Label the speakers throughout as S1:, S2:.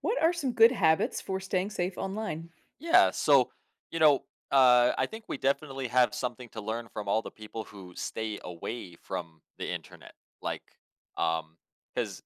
S1: What are some good habits for staying safe online?
S2: Yeah, so you know, I think we definitely have something to learn from all the people who stay away from the internet. Like, um, because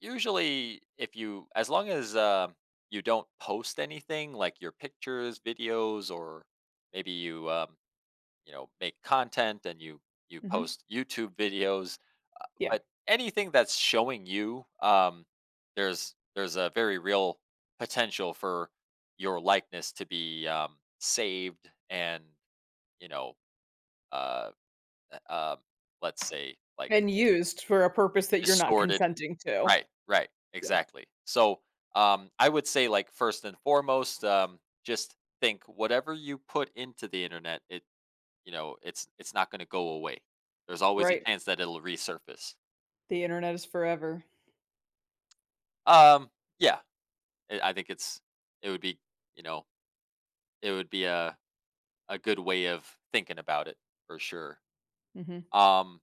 S2: usually, if you, as long as you don't post anything, like your pictures, videos, or maybe you make content and you
S1: Mhm,
S2: post YouTube videos
S1: yeah,
S2: but anything that's showing you, there's a very real potential for your likeness to be saved and you know, uh, uh, um, let's say like
S1: and used for a purpose that you're not
S2: distorted.
S1: consenting to.
S2: Right, right,
S1: Yeah,
S2: exactly. So I would say like first and foremost, just think whatever you put into the internet, it you know, it's not going to go away. There's always a
S1: right.
S2: chance that it'll resurface.
S1: The internet is forever.
S2: Um, yeah, I think it would be, you know, it would be a good way of thinking about it for sure.
S1: Mhm.
S2: Um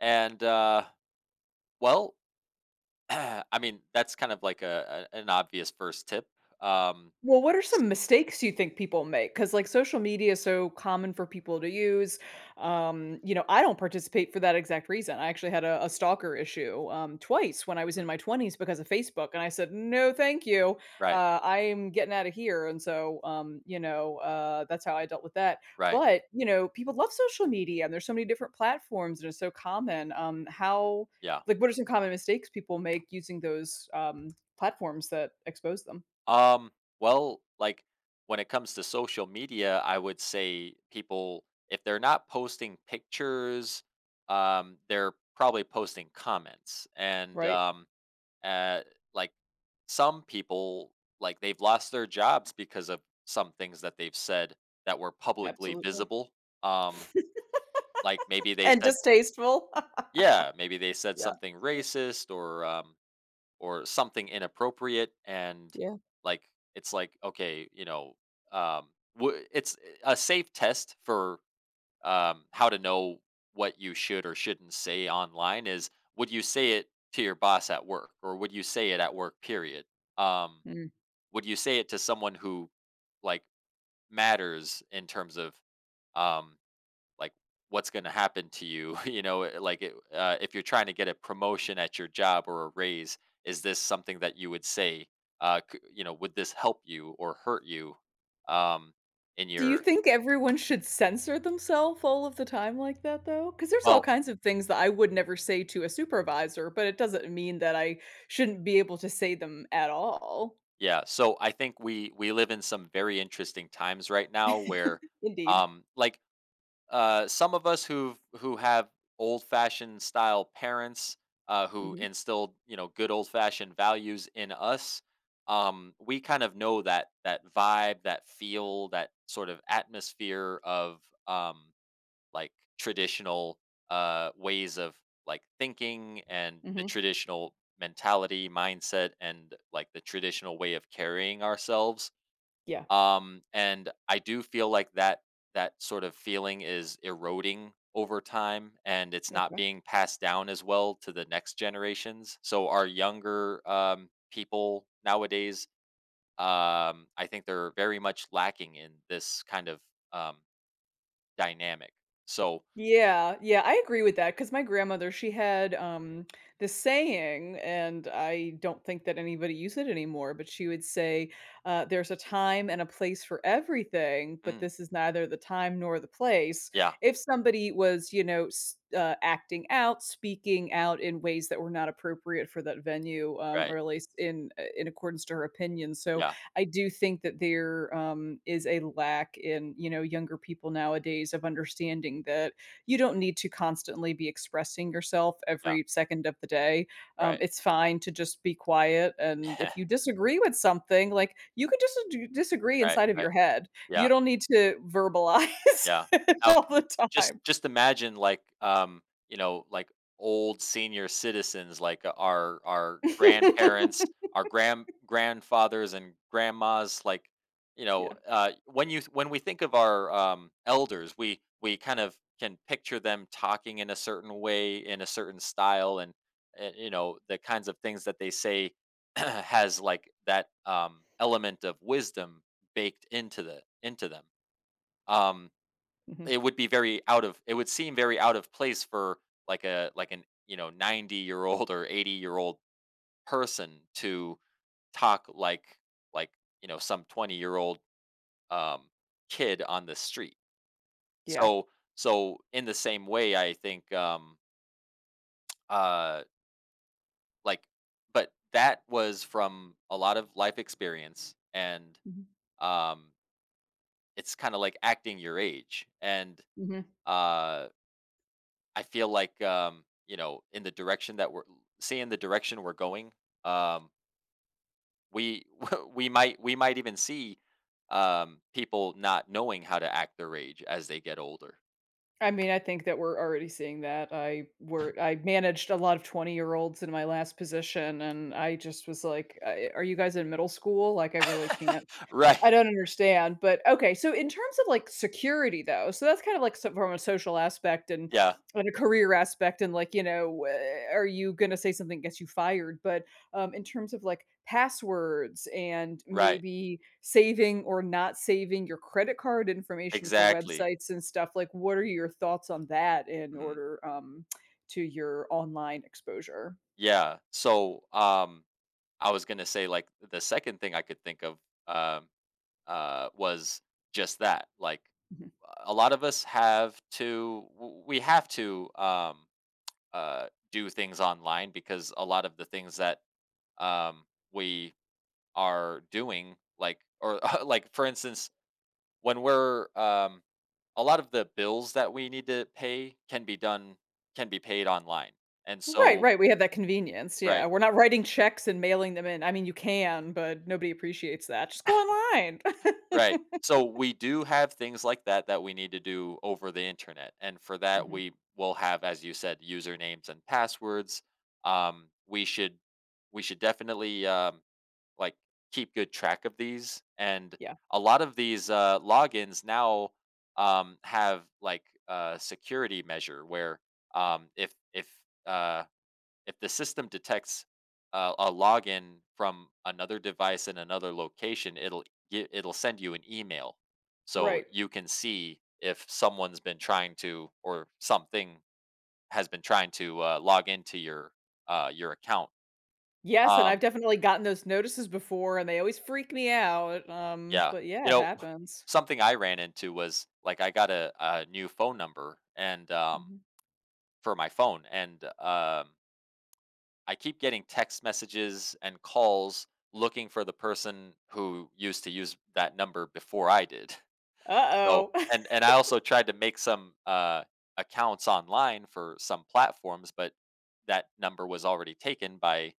S2: and uh well, I mean, that's kind of like a an obvious first tip. Um
S1: Well, what are some mistakes you think people make? Because like social media is so common for people to use. I don't participate for that exact reason. I actually had a stalker issue twice when I was in
S2: Mm.
S1: my 20s because of Facebook, and I said, "No, thank you.
S2: Right,
S1: I'm getting out of here." And so, that's how I dealt with that.
S2: right.
S1: But people love social media, and there's so many different platforms, and it's so common.
S2: Yeah.
S1: Like, what are some common mistakes people make using those platforms that expose them?
S2: Um, well, like when it comes to social media, I would say people, if they're not posting pictures, they're probably posting comments. And
S1: Right.
S2: Uh, like some people, like they've lost their jobs because of some things that they've said that were publicly
S1: Absolutely.
S2: visible. Um, like maybe they
S1: And
S2: said,
S1: distasteful.
S2: yeah, maybe they said
S1: Yeah.
S2: something
S1: Mm.
S2: racist or something inappropriate, and
S1: Yeah.
S2: like it's like okay, you know, um, it's a safe test for how to know what you should or shouldn't say online is would you say it to your boss at work or would you say it at work period, um,
S1: Mm.
S2: would you say it to someone who like matters in terms of um, like what's going to happen to you you know if you're trying to get a promotion at your job or a raise, is this something that you would say? You know, would this help you or hurt you um, in
S1: Do you
S2: your
S1: think everyone should censor themselves all of the time like that, though? Because there's all
S2: well.
S1: kinds of things that I would never say to a supervisor, but it doesn't mean that I shouldn't be able to say them at all.
S2: Yeah, so I think we live in some very interesting times right now where
S1: Indeed.
S2: um like some of us who have old fashioned style parents who
S1: Mhm.
S2: instilled, you know, good old fashioned values in us, we kind of know that that vibe, that feel, that sort of atmosphere of um like traditional ways of like thinking, and the
S1: Mhm.
S2: traditional mentality, mindset, and like the traditional way of carrying ourselves.
S1: Yeah.
S2: And I do feel like that that sort of feeling is eroding over time, and it's not
S1: Okay.
S2: being passed down as well to the next generations, so our younger people nowadays I think they're very much lacking in this kind of um, dynamic, so
S1: Yeah, yeah, I agree with that. Cause my grandmother, she had, this saying, and I don't think that anybody uses it anymore, but she would say, "There's a time and a place for everything, but
S2: mm,
S1: this is neither the time nor the place."
S2: yeah.
S1: If somebody was, you know, s acting out, speaking out in ways that were not appropriate for that venue,
S2: Right.
S1: or at least in accordance to her opinion, so
S2: Yeah,
S1: I do think that there, is a lack in younger people nowadays of understanding that you don't need to constantly be expressing yourself
S2: yeah,
S1: every second of the day.
S2: right.
S1: It's fine to just be quiet. And if you disagree with something, like you can just disagree
S2: Right,
S1: inside of
S2: right.
S1: your head. You
S2: Yeah,
S1: don't need to verbalize
S2: yeah.
S1: it
S2: How
S1: all the time.
S2: Just imagine like, you know, like old senior citizens, like our grandparents, our grandfathers and grandmas, like,
S1: Yeah.
S2: when you when we think of our elders, we kind of can picture them talking in a certain way, in a certain style, and you know the kinds of things that they say has like that element of wisdom baked into them. Um,
S1: Hmm.
S2: it would be very out of, it would seem very out of place for you know, 90-year-old or 80-year-old person to talk like, you know, some 20-year-old, um, kid on the street.
S1: Yeah.
S2: So so in the same way, I think, uh, like but that was from a lot of life experience, and,
S1: Hmm.
S2: um, it's kinda like acting your age, and,
S1: Hmm.
S2: uh I feel like, you know, in the direction that we're seeing the direction we're going, um, we we might even see people not knowing how to act their age as they get older.
S1: I mean, I think that we're already seeing that. I managed a lot of 20-year-olds in my last position, and I just was like, Are you guys in middle school? Like, I really can't."
S2: right.
S1: I don't understand, but okay, so in terms of, like, security though, so that's kind of like so from a social aspect and
S2: Yeah.
S1: a career aspect and, like, are you gonna say something gets you fired, but, in terms of, like, passwords and
S2: Right.
S1: maybe saving or not saving your credit card information for
S2: Exactly.
S1: websites and stuff, like, what are your thoughts on that in
S2: Mhm.
S1: order, to your online exposure?
S2: Yeah. So I was gonna say like the second thing I could think of um, was just that. Like
S1: Mhm.
S2: a lot of us have to, we have to. Do things online because a lot of the things that um, we are doing, like, or like for instance, when we're a lot of the bills that we need to pay can be paid online, and
S1: Right,
S2: so
S1: right, we have that convenience, yeah,
S2: right,
S1: we're not writing checks and mailing them in. I mean, you can, but nobody appreciates that, just go online.
S2: right. So we do have things like that that we need to do over the internet, and for that
S1: Mhm,
S2: we will have, as you said, usernames and passwords. Um, we should we should definitely like keep good track of these, and
S1: yeah,
S2: a lot of these logins now have like a security measure where um, if if uh, if the system detects a login from another device in another location, it'll send you an email, so
S1: right.
S2: you can see if someone's been trying to, or something has been trying to log into your account.
S1: Yes, and I've
S2: Um,
S1: definitely gotten those notices before, and they always freak me out,
S2: Yeah.
S1: but yeah,
S2: You
S1: it
S2: know,
S1: happens.
S2: something I ran into was, like, I got a new phone number, for my phone, and, I keep getting text messages and calls looking for the person who used to use that number before I did. So
S1: Uh-oh.
S2: and I also tried to make some, accounts online for some platforms, but that number was already taken by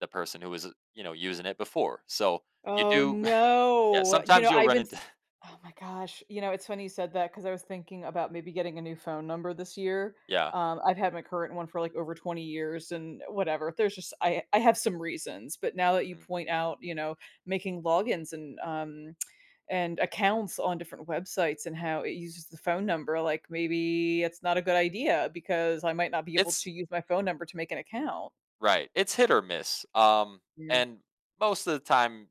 S2: the person who was, you know, using it before. So you
S1: Oh,
S2: do yeah,
S1: no. You know,
S2: sometimes you'll
S1: I've
S2: run
S1: been
S2: into
S1: s Oh my gosh. You know, it's funny you said that because I was thinking about maybe getting a new phone number this year.
S2: Yeah.
S1: I've had my current one for, like, over 20 years and whatever. There's just I have some reasons, but now that you
S2: Mhm.
S1: point out, you know, making logins and, and accounts on different websites and how it uses the phone number, like, maybe it's not a good idea because I might not be able to
S2: It's
S1: use my phone number to make an account.
S2: Right. It's hit or miss.
S1: Yeah.
S2: And most of the time,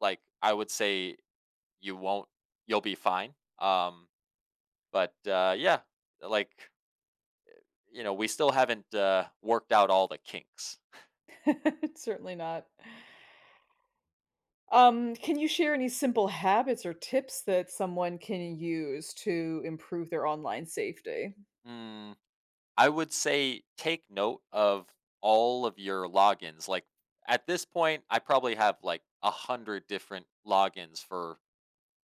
S2: like I would say, you won't. You'll be fine. Um, but yeah, like you know, we still haven't worked out all the kinks.
S1: It's certainly not. Can you share any simple habits or tips that someone can use to improve their online safety?
S2: Mm, I would say take note of all of your logins. Like at this point, I probably have like 100 different logins for,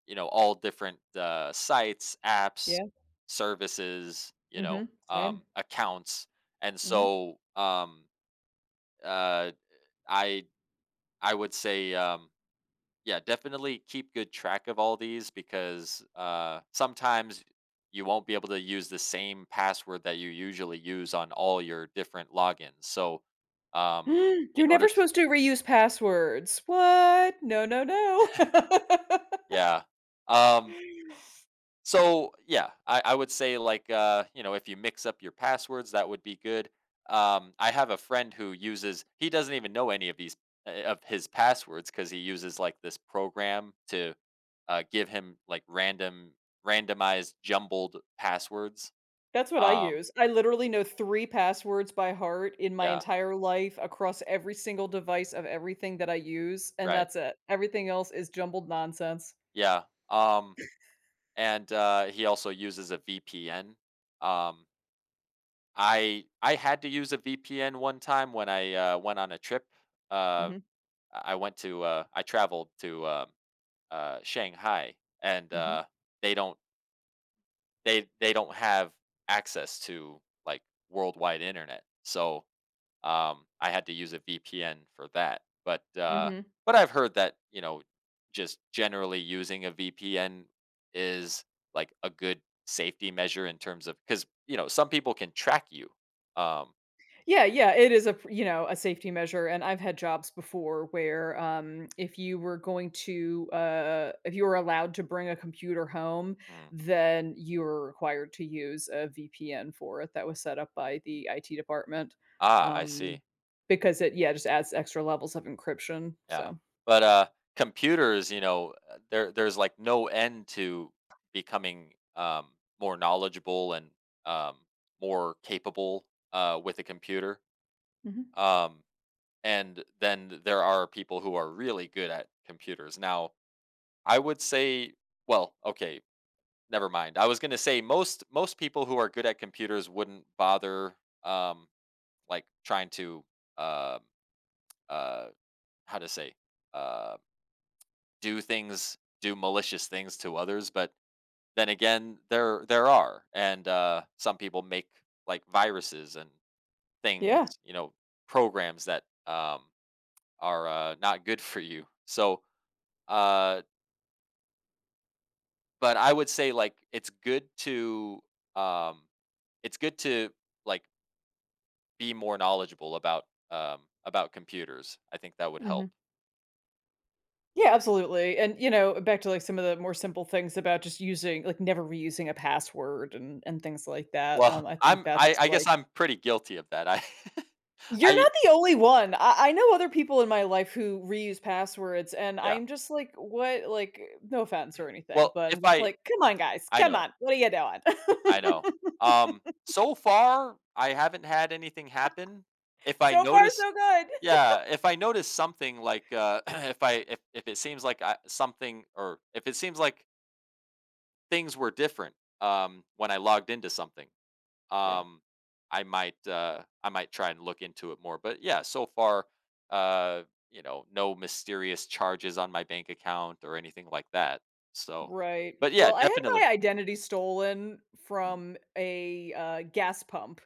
S2: you know, all different sites, apps,
S1: Yeah.
S2: services, you know,
S1: Mhm. Same.
S2: accounts. And
S1: Mhm.
S2: so uh, I I would say yeah, definitely keep good track of all these, because sometimes you won't be able to use the same password that you usually use on all your different logins. So um, in
S1: You're
S2: order
S1: never
S2: to
S1: supposed to reuse passwords. What? No, no, no.
S2: yeah. Um, So yeah, I would say like you know, if you mix up your passwords, that would be good. I have a friend who uses he doesn't even know any of these of his passwords, because he uses like this program to give him like randomized jumbled passwords.
S1: That's what I
S2: Um,
S1: use. I literally know 3 passwords by heart in my
S2: yeah,
S1: entire life across every single device of everything that I use, and
S2: right,
S1: that's it. Everything else is jumbled nonsense.
S2: yeah. Um, and he also uses a VPN. Um, I had to use a VPN one time when I went on a trip. Uh.
S1: Mhm.
S2: I went to I traveled to Shanghai, and
S1: Mhm.
S2: they don't they don't have access to like worldwide internet, so I had to use a VPN for that.
S1: Mhm.
S2: But I've heard that you know just generally using a VPN is like a good safety measure in terms of, because you know some people can track you. Um,
S1: Yeah, yeah, it is a pr you know, a safety measure, and I've had jobs before where, if you were if you were allowed to bring a computer home,
S2: mm,
S1: then you were required to use a VPN for it that was set up by the IT department,
S2: ah, I
S1: um,
S2: see.
S1: because it, yeah, just adds extra levels of encryption,
S2: Yeah.
S1: so
S2: But computers, you know, there's like no end to becoming more knowledgeable and um more capable with a computer.
S1: mhm.
S2: Um and then there are people who are really good at computers. Now, I would say well, okay, never mind. I was going to say most people who are good at computers wouldn't bother um trying to um uh, how to say um do things, do malicious things to others, but then again, there are, and some people make like viruses and things,
S1: Yeah,
S2: you know, programs that are not good for you. So, uh, but I would say like it's good to um, it's good to like be more knowledgeable about computers. I think that would help.
S1: mhm. Yeah, absolutely, and, back to, like, some of the more simple things about just using like, never reusing a password and things like that,
S2: Well,
S1: I think that's,
S2: I
S1: like.
S2: guess I'm pretty guilty of that. I
S1: You're
S2: I
S1: not the only one. I know other people in my life who reuse passwords, and
S2: yeah.
S1: I'm just like, "What?" Like, no offense or anything,
S2: Well,
S1: but
S2: if
S1: I'm just
S2: I
S1: like, "Come on, guys.
S2: I
S1: Come
S2: know
S1: on. What are you doing?"
S2: I know. So far, I haven't had anything happen. If I
S1: So far,
S2: notice
S1: so good.
S2: yeah, if I notice something like, if it seems like I something, or if it seems like things were different, when I logged into something,
S1: Yeah.
S2: um, I might try and look into it more, but yeah, so far, uh, you know, no mysterious charges on my bank account or anything like that, so
S1: Right.
S2: but yeah,
S1: Well, I had
S2: definitely.
S1: my identity stolen
S2: Mhm.
S1: from a gas pump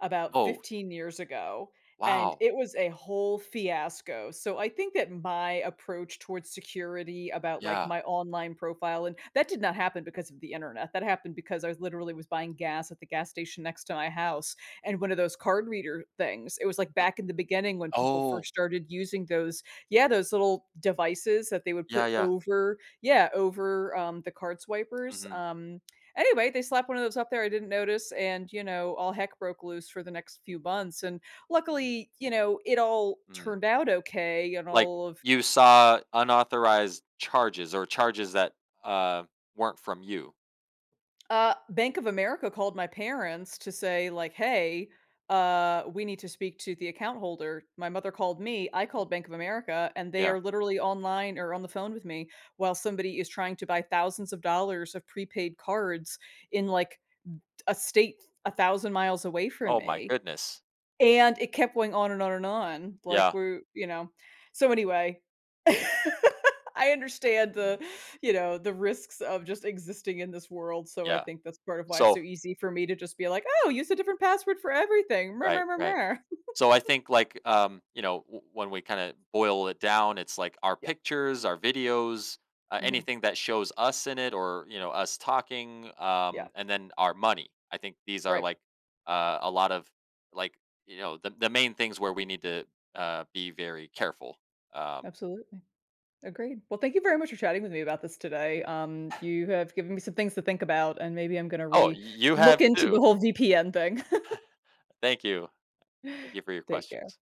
S1: about
S2: Oh,
S1: 15 years ago, and
S2: wow.
S1: it was a whole fiasco. So I think that my approach towards security about, like,
S2: Yeah.
S1: my online profile and that did not happen because of the internet. That happened because I was literally was buying gas at the gas station next to my house and one of those card reader things. It was, like, back in the beginning when people
S2: Oh.
S1: first started using those yeah, those little devices that they would put
S2: Yeah, yeah.
S1: over yeah, over, the card swipers,
S2: Mhm,
S1: anyway, they slapped one of those up there, I didn't notice, and, all heck broke loose for the next few months, and luckily, it all
S2: mhm.
S1: turned out okay and
S2: Like,
S1: all of
S2: you saw unauthorized charges or charges that, uh, weren't from you.
S1: Bank of America called my parents to say, like, "Hey, we need to speak to the account holder." My mother called me, I
S2: Mm,
S1: called Bank of America, and they
S2: yeah.
S1: are literally online or on the phone with me while somebody is trying to buy thousands of dollars of prepaid cards in, like, a state 1,000 miles away from
S2: Oh my
S1: me,
S2: goodness.
S1: and it kept going on and on and on, like,
S2: Yeah.
S1: we're you know? So, anyway, I understand the,
S2: Mhm,
S1: you know, the risks of just existing in this world, so I
S2: yeah.
S1: think that's part of why it's so
S2: So
S1: easy for me to just be like, "Oh, use a different password for everything. Mer,
S2: right,
S1: mer, mer,
S2: right.
S1: mer."
S2: So I think like you know, when we kind of boil it down, it's like our
S1: Yeah.
S2: pictures, our videos,
S1: Mhm.
S2: anything that shows us in it, or you know us talking,
S1: Yeah.
S2: and then our money. I think these are
S1: Right.
S2: like a lot of like you know the main things where we need to be very careful. Um,
S1: Absolutely. Agreed. Well, thank you very much for chatting with me about this today. You have given me some things to think about, and maybe I'm gonna
S2: oh,
S1: re
S2: you
S1: look
S2: have
S1: into the
S2: too.
S1: whole VPN thing.
S2: Thank you. Thank you for your
S1: Take care.
S2: questions.